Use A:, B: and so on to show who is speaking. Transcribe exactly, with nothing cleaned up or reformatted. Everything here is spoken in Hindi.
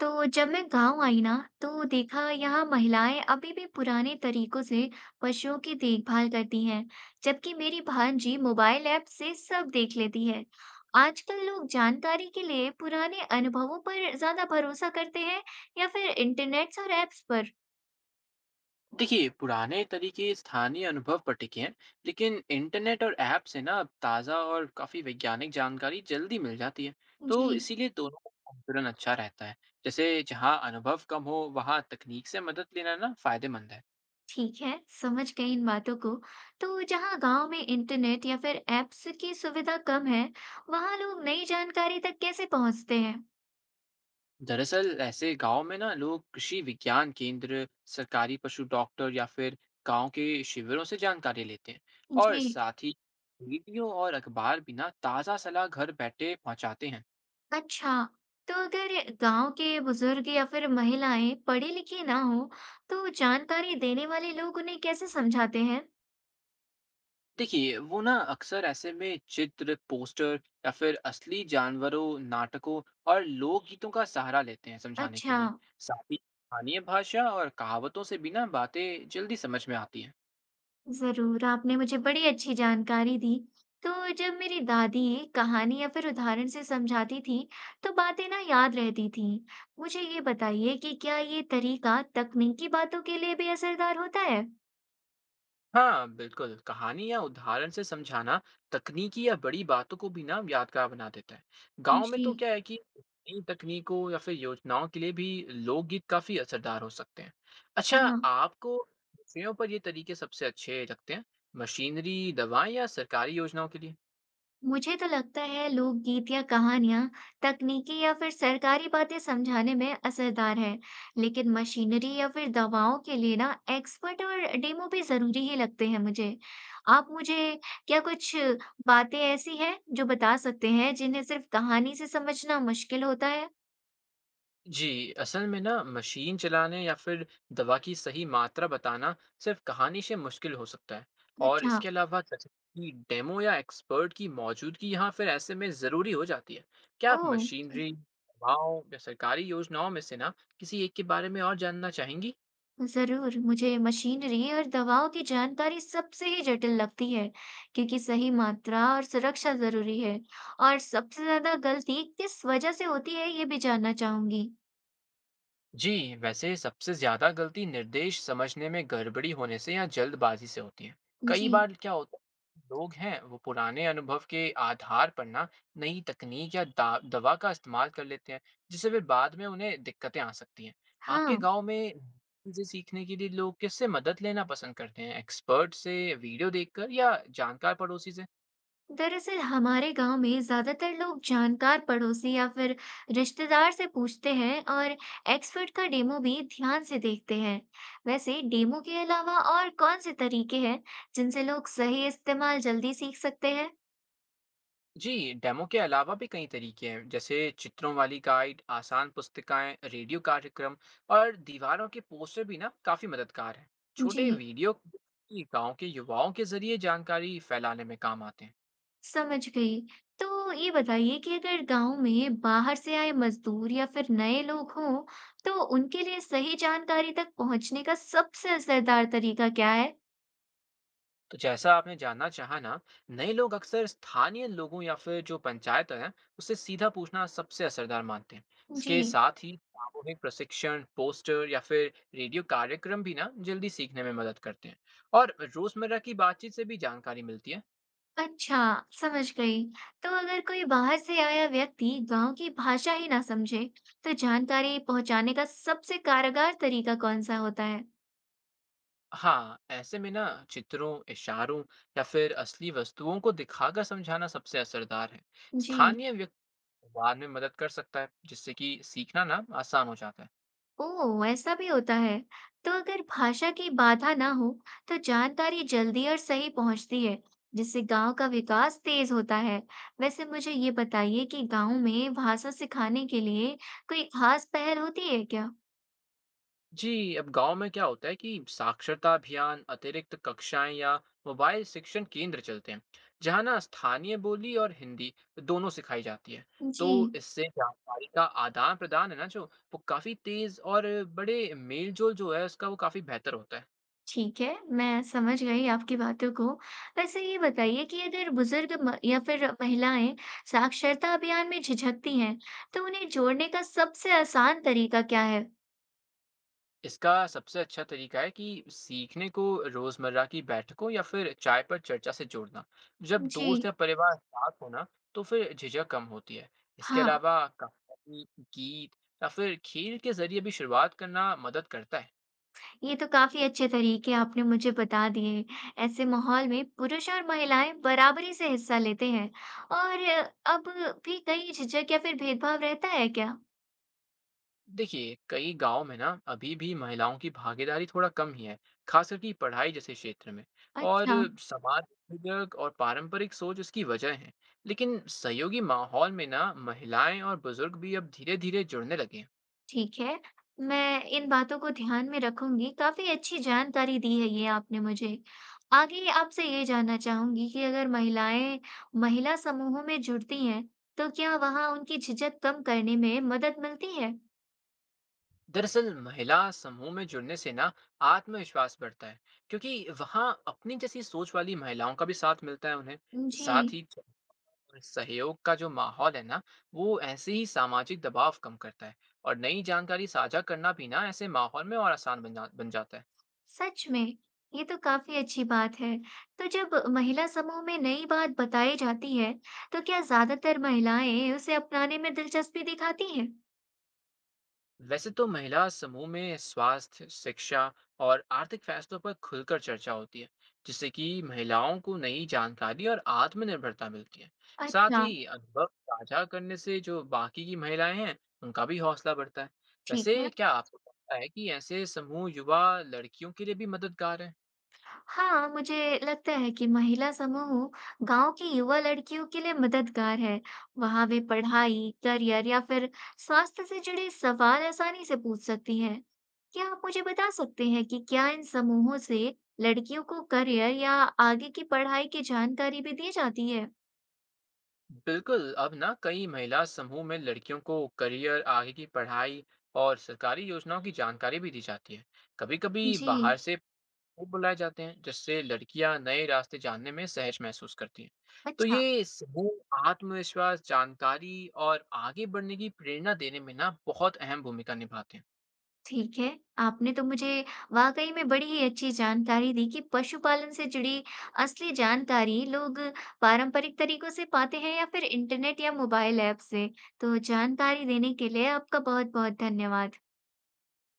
A: तो जब मैं गांव आई ना तो देखा यहाँ महिलाएं अभी भी पुराने तरीकों से पशुओं की देखभाल करती हैं, जबकि मेरी भांजी मोबाइल ऐप से सब देख लेती है। आजकल लोग जानकारी के लिए पुराने अनुभवों पर ज्यादा भरोसा करते हैं या फिर इंटरनेट्स और ऐप्स पर?
B: देखिए, पुराने तरीके स्थानीय अनुभव पर टिके हैं, लेकिन इंटरनेट और ऐप से ना अब ताज़ा और काफ़ी वैज्ञानिक जानकारी जल्दी मिल जाती है। तो
A: जी,
B: इसीलिए दोनों का संतुलन अच्छा रहता है। जैसे जहाँ अनुभव कम हो, वहाँ तकनीक से मदद लेना ना फायदेमंद है।
A: ठीक है, समझ गई इन बातों को। तो जहाँ गांव में इंटरनेट या फिर ऐप्स की सुविधा कम है, वहाँ लोग नई जानकारी तक कैसे पहुंचते हैं?
B: दरअसल ऐसे गांव में ना लोग कृषि विज्ञान केंद्र, सरकारी पशु डॉक्टर या फिर गांव के शिविरों से जानकारी लेते हैं। और
A: जी,
B: साथ ही रेडियो और अखबार भी ना ताज़ा सलाह घर बैठे पहुंचाते हैं।
A: अच्छा, तो अगर गांव के बुजुर्ग या फिर महिलाएं पढ़ी लिखी ना हो, तो जानकारी देने वाले लोग उन्हें कैसे समझाते हैं?
B: देखिए, वो ना अक्सर ऐसे में चित्र, पोस्टर या फिर असली जानवरों, नाटकों और लोकगीतों का सहारा लेते हैं समझाने के
A: अच्छा,
B: लिए। साथ ही स्थानीय भाषा और कहावतों से भी ना बातें जल्दी समझ में आती हैं।
A: जरूर, आपने मुझे बड़ी अच्छी जानकारी दी। तो जब मेरी दादी कहानी या फिर उदाहरण से समझाती थी, तो बातें ना याद रहती थी। मुझे ये बताइए कि क्या ये तरीका तकनीकी बातों के लिए भी असरदार होता है?
B: हाँ बिल्कुल, कहानी या उदाहरण से समझाना तकनीकी या बड़ी बातों को भी ना यादगार बना देता है। गांव में
A: जी,
B: तो क्या है कि नई तकनीकों या फिर योजनाओं के लिए भी लोकगीत काफी असरदार हो सकते हैं। अच्छा,
A: हाँ।
B: आपको विषयों पर ये तरीके सबसे अच्छे लगते हैं? मशीनरी, दवाएं या सरकारी योजनाओं के लिए।
A: मुझे तो लगता है लोकगीत या कहानियां तकनीकी या फिर सरकारी बातें समझाने में असरदार है, लेकिन मशीनरी या फिर दवाओं के लिए ना एक्सपर्ट और डेमो भी जरूरी ही लगते हैं मुझे। आप मुझे क्या कुछ बातें ऐसी हैं जो बता सकते हैं जिन्हें सिर्फ कहानी से समझना मुश्किल होता है?
B: जी, असल में ना मशीन चलाने या फिर दवा की सही मात्रा बताना सिर्फ कहानी से मुश्किल हो सकता है। और
A: अच्छा,
B: इसके अलावा तकनीकी डेमो या एक्सपर्ट की मौजूदगी यहाँ फिर ऐसे में ज़रूरी हो जाती है। क्या
A: ओ,
B: आप मशीनरी, दवाओं या सरकारी योजनाओं में से ना किसी एक के बारे में और जानना चाहेंगी?
A: जरूर मुझे मशीनरी और दवाओं की जानकारी सबसे ही जटिल लगती है क्योंकि सही मात्रा और सुरक्षा जरूरी है और सबसे ज्यादा गलती किस वजह से होती है ये भी जानना चाहूंगी।
B: जी, वैसे सबसे ज़्यादा गलती निर्देश समझने में गड़बड़ी होने से या जल्दबाजी से होती है।
A: जी,
B: कई बार क्या होता है, लोग हैं, वो पुराने अनुभव के आधार पर ना नई तकनीक या दा दवा का इस्तेमाल कर लेते हैं, जिससे फिर बाद में उन्हें दिक्कतें आ सकती हैं। आपके
A: हाँ,
B: गाँव में चीज़ें सीखने के लिए लोग किससे मदद लेना पसंद करते हैं? एक्सपर्ट से, वीडियो देखकर या जानकार पड़ोसी से?
A: दरअसल हमारे गांव में ज्यादातर लोग जानकार पड़ोसी या फिर रिश्तेदार से पूछते हैं और एक्सपर्ट का डेमो भी ध्यान से देखते हैं। वैसे डेमो के अलावा और कौन से तरीके हैं जिनसे लोग सही इस्तेमाल जल्दी सीख सकते हैं?
B: जी, डेमो के अलावा भी कई तरीके हैं, जैसे चित्रों वाली गाइड, आसान पुस्तिकाएं, रेडियो कार्यक्रम और दीवारों के पोस्टर भी ना काफी मददगार हैं।
A: जी,
B: छोटे वीडियो भी गांव के युवाओं के जरिए जानकारी फैलाने में काम आते हैं।
A: समझ गई। तो ये बताइए कि अगर गाँव में बाहर से आए मज़दूर या फिर नए लोग हों, तो उनके लिए सही जानकारी तक पहुँचने का सबसे असरदार तरीका क्या है?
B: तो जैसा आपने जानना चाहा ना, नए लोग अक्सर स्थानीय लोगों या फिर जो पंचायत है उससे सीधा पूछना सबसे असरदार मानते हैं।
A: जी।
B: इसके साथ ही सामूहिक प्रशिक्षण, पोस्टर या फिर रेडियो कार्यक्रम भी ना जल्दी सीखने में मदद करते हैं। और रोजमर्रा की बातचीत से भी जानकारी मिलती है।
A: अच्छा, समझ गई। तो अगर कोई बाहर से आया व्यक्ति गाँव की भाषा ही ना समझे, तो जानकारी पहुँचाने का सबसे कारगर तरीका कौन-सा होता है?
B: हाँ, ऐसे में ना चित्रों, इशारों या फिर असली वस्तुओं को दिखाकर समझाना सबसे असरदार है।
A: जी।
B: स्थानीय व्यक्ति बाद में मदद कर सकता है, जिससे कि सीखना ना आसान हो जाता है।
A: ओह, ऐसा भी होता है। तो अगर भाषा की बाधा ना हो, तो जानकारी जल्दी और सही पहुंचती है, जिससे गांव का विकास तेज होता है। वैसे मुझे ये बताइए कि गांव में भाषा सिखाने के लिए कोई खास पहल होती है क्या?
B: जी, अब गांव में क्या होता है कि साक्षरता अभियान, अतिरिक्त कक्षाएं या मोबाइल शिक्षण केंद्र चलते हैं, जहां ना स्थानीय बोली और हिंदी दोनों सिखाई जाती है।
A: जी,
B: तो इससे जानकारी का आदान प्रदान है ना, जो वो काफी तेज और बड़े मेल जोल जो है उसका वो काफी बेहतर होता है।
A: ठीक है, मैं समझ गई आपकी बातों को। वैसे ये बताइए कि अगर बुजुर्ग म- या फिर महिलाएं साक्षरता अभियान में झिझकती हैं, तो उन्हें जोड़ने का सबसे आसान तरीका क्या है?
B: इसका सबसे अच्छा तरीका है कि सीखने को रोजमर्रा की बैठकों या फिर चाय पर चर्चा से जोड़ना। जब दोस्त
A: जी,
B: या परिवार साथ हो ना, तो फिर झिझक कम होती है। इसके
A: हाँ।
B: अलावा कहानी, गीत या फिर खेल के जरिए भी शुरुआत करना मदद करता है।
A: ये तो काफी अच्छे तरीके आपने मुझे बता दिए। ऐसे माहौल में पुरुष और महिलाएं बराबरी से हिस्सा लेते हैं और अब भी कहीं झिझक या फिर भेदभाव रहता है क्या?
B: देखिए, कई गांव में ना अभी भी महिलाओं की भागीदारी थोड़ा कम ही है, खास करके पढ़ाई जैसे क्षेत्र में। और
A: अच्छा,
B: समाज विद्यक और पारंपरिक सोच उसकी वजह है। लेकिन सहयोगी माहौल में ना महिलाएं और बुजुर्ग भी अब धीरे धीरे जुड़ने लगे हैं।
A: ठीक है। मैं इन बातों को ध्यान में रखूंगी। काफी अच्छी जानकारी दी है ये आपने मुझे। आगे आपसे ये जानना चाहूंगी कि अगर महिलाएं महिला समूहों में जुड़ती हैं, तो क्या वहां उनकी झिझक कम करने में मदद मिलती है?
B: दरअसल महिला समूह में जुड़ने से ना आत्मविश्वास बढ़ता है, क्योंकि वहाँ अपनी जैसी सोच वाली महिलाओं का भी साथ मिलता है उन्हें।
A: जी।
B: साथ ही और सहयोग का जो माहौल है ना, वो ऐसे ही सामाजिक दबाव कम करता है। और नई जानकारी साझा करना भी ना ऐसे माहौल में और आसान बन जा बन जाता है।
A: सच में ये तो काफी अच्छी बात है। तो जब महिला समूह में नई बात बताई जाती है, तो क्या ज्यादातर महिलाएं उसे अपनाने में दिलचस्पी दिखाती हैं?
B: वैसे तो महिला समूह में स्वास्थ्य, शिक्षा और आर्थिक फैसलों पर खुलकर चर्चा होती है, जिससे कि महिलाओं को नई जानकारी और आत्मनिर्भरता मिलती है। साथ
A: अच्छा,
B: ही अनुभव साझा करने से जो बाकी की महिलाएं हैं, उनका भी हौसला बढ़ता है।
A: ठीक
B: वैसे
A: है।
B: क्या आपको लगता है कि ऐसे समूह युवा लड़कियों के लिए भी मददगार है?
A: हाँ, मुझे लगता है कि महिला समूह गांव की युवा लड़कियों के लिए मददगार है। वहां वे पढ़ाई, करियर या फिर स्वास्थ्य से जुड़े सवाल आसानी से पूछ सकती हैं। क्या आप मुझे बता सकते हैं कि क्या इन समूहों से लड़कियों को करियर या आगे की पढ़ाई की जानकारी भी दी जाती है?
B: बिल्कुल, अब ना कई महिला समूह में लड़कियों को करियर, आगे की पढ़ाई और सरकारी योजनाओं की जानकारी भी दी जाती है। कभी-कभी
A: जी,
B: बाहर से लोग बुलाए जाते हैं, जिससे लड़कियां नए रास्ते जानने में सहज महसूस करती हैं। तो
A: अच्छा।
B: ये समूह आत्मविश्वास, जानकारी और आगे बढ़ने की प्रेरणा देने में ना बहुत अहम भूमिका निभाते हैं।
A: ठीक है, आपने तो मुझे वाक़ई में बड़ी ही अच्छी जानकारी दी कि पशुपालन से जुड़ी असली जानकारी लोग पारंपरिक तरीकों से पाते हैं या फिर इंटरनेट या मोबाइल ऐप से। तो जानकारी देने के लिए आपका बहुत-बहुत धन्यवाद।